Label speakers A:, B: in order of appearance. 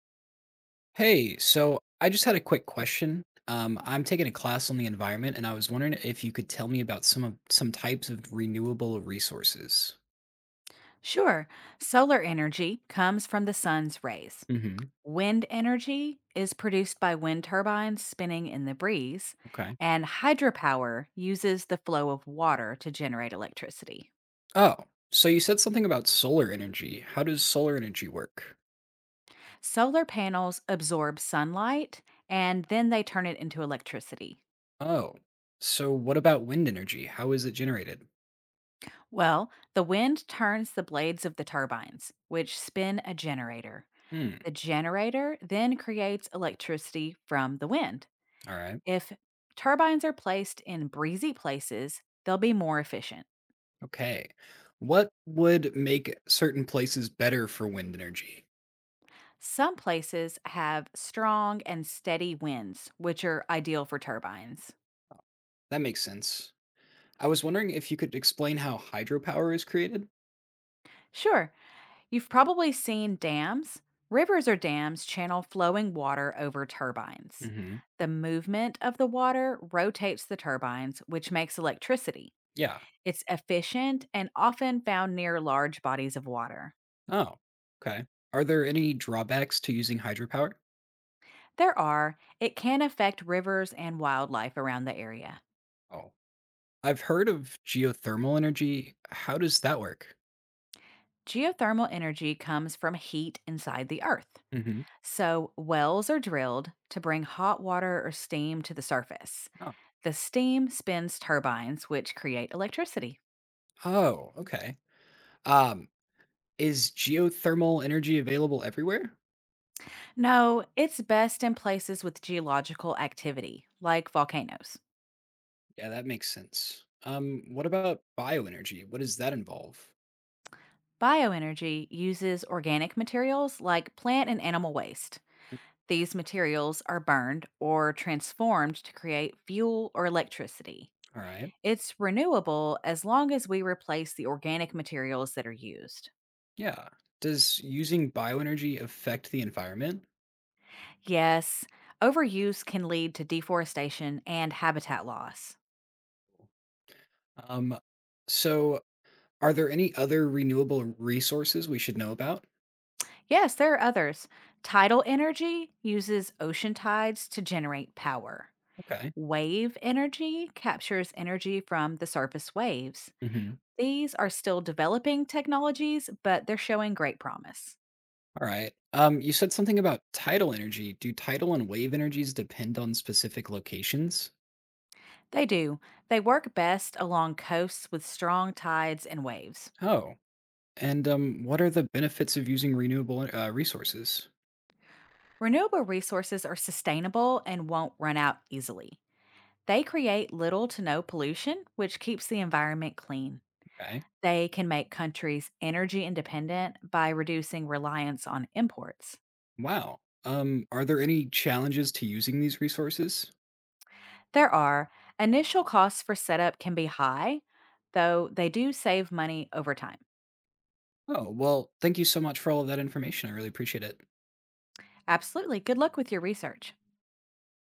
A: Hey, so I just had a quick question. I'm taking a class on the environment, and I was wondering if you could tell me about some types of renewable resources.
B: Sure. Solar energy comes from the sun's rays.
A: Mm-hmm.
B: Wind energy is produced by wind turbines spinning in the breeze,
A: Okay.
B: and hydropower uses the flow of water to generate electricity.
A: Oh, so you said something about solar energy. How does solar energy work?
B: Solar panels absorb sunlight and then they turn it into electricity.
A: Oh, so what about wind energy? How is it generated?
B: Well, the wind turns the blades of the turbines, which spin a generator.
A: Hmm.
B: The generator then creates electricity from the wind.
A: All right.
B: If turbines are placed in breezy places, they'll be more efficient.
A: Okay. What would make certain places better for wind energy?
B: Some places have strong and steady winds, which are ideal for turbines.
A: That makes sense. I was wondering if you could explain how hydropower is created.
B: Sure, you've probably seen dams. Rivers or dams channel flowing water over turbines.
A: Mm-hmm.
B: The movement of the water rotates the turbines, which makes electricity.
A: Yeah.
B: It's efficient and often found near large bodies of water.
A: Oh, okay. Are there any drawbacks to using hydropower?
B: There are, it can affect rivers and wildlife around the area.
A: Oh, I've heard of geothermal energy. How does that work?
B: Geothermal energy comes from heat inside the earth.
A: Hmm.
B: So, wells are drilled to bring hot water or steam to the surface.
A: Oh,
B: The steam spins turbines, which create electricity.
A: oh, okay. Um, is geothermal energy available everywhere?
B: No, it's best in places with geological activity, like volcanoes.
A: Yeah, that makes sense. What about bioenergy? What does that involve?
B: Bioenergy uses organic materials like plant and animal waste. These materials are burned or transformed to create fuel or electricity.
A: All right.
B: It's renewable as long as we replace the organic materials that are used.
A: Yeah. Does using bioenergy affect the environment?
B: Yes, overuse can lead to deforestation and habitat loss.
A: Um, so are there any other renewable resources we should know about?
B: Yes, there are others. Tidal energy uses ocean tides to generate power.
A: Okay.
B: Wave energy captures energy from the surface waves.
A: Hmm.
B: These are still developing technologies, but they're showing great promise.
A: All right. You said something about tidal energy. Do tidal and wave energies depend on specific locations?
B: They do. They work best along coasts with strong tides and waves.
A: Oh, and what are the benefits of using renewable resources?
B: Renewable resources are sustainable and won't run out easily. They create little to no pollution, which keeps the environment clean.
A: Okay.
B: They can make countries energy independent by reducing reliance on imports.
A: Wow. Are there any challenges to using these resources?
B: There are initial costs for setup can be high, though they do save money over time.
A: Oh, well, thank you so much for all of that information. I really appreciate it.
B: Absolutely. Good luck with your research.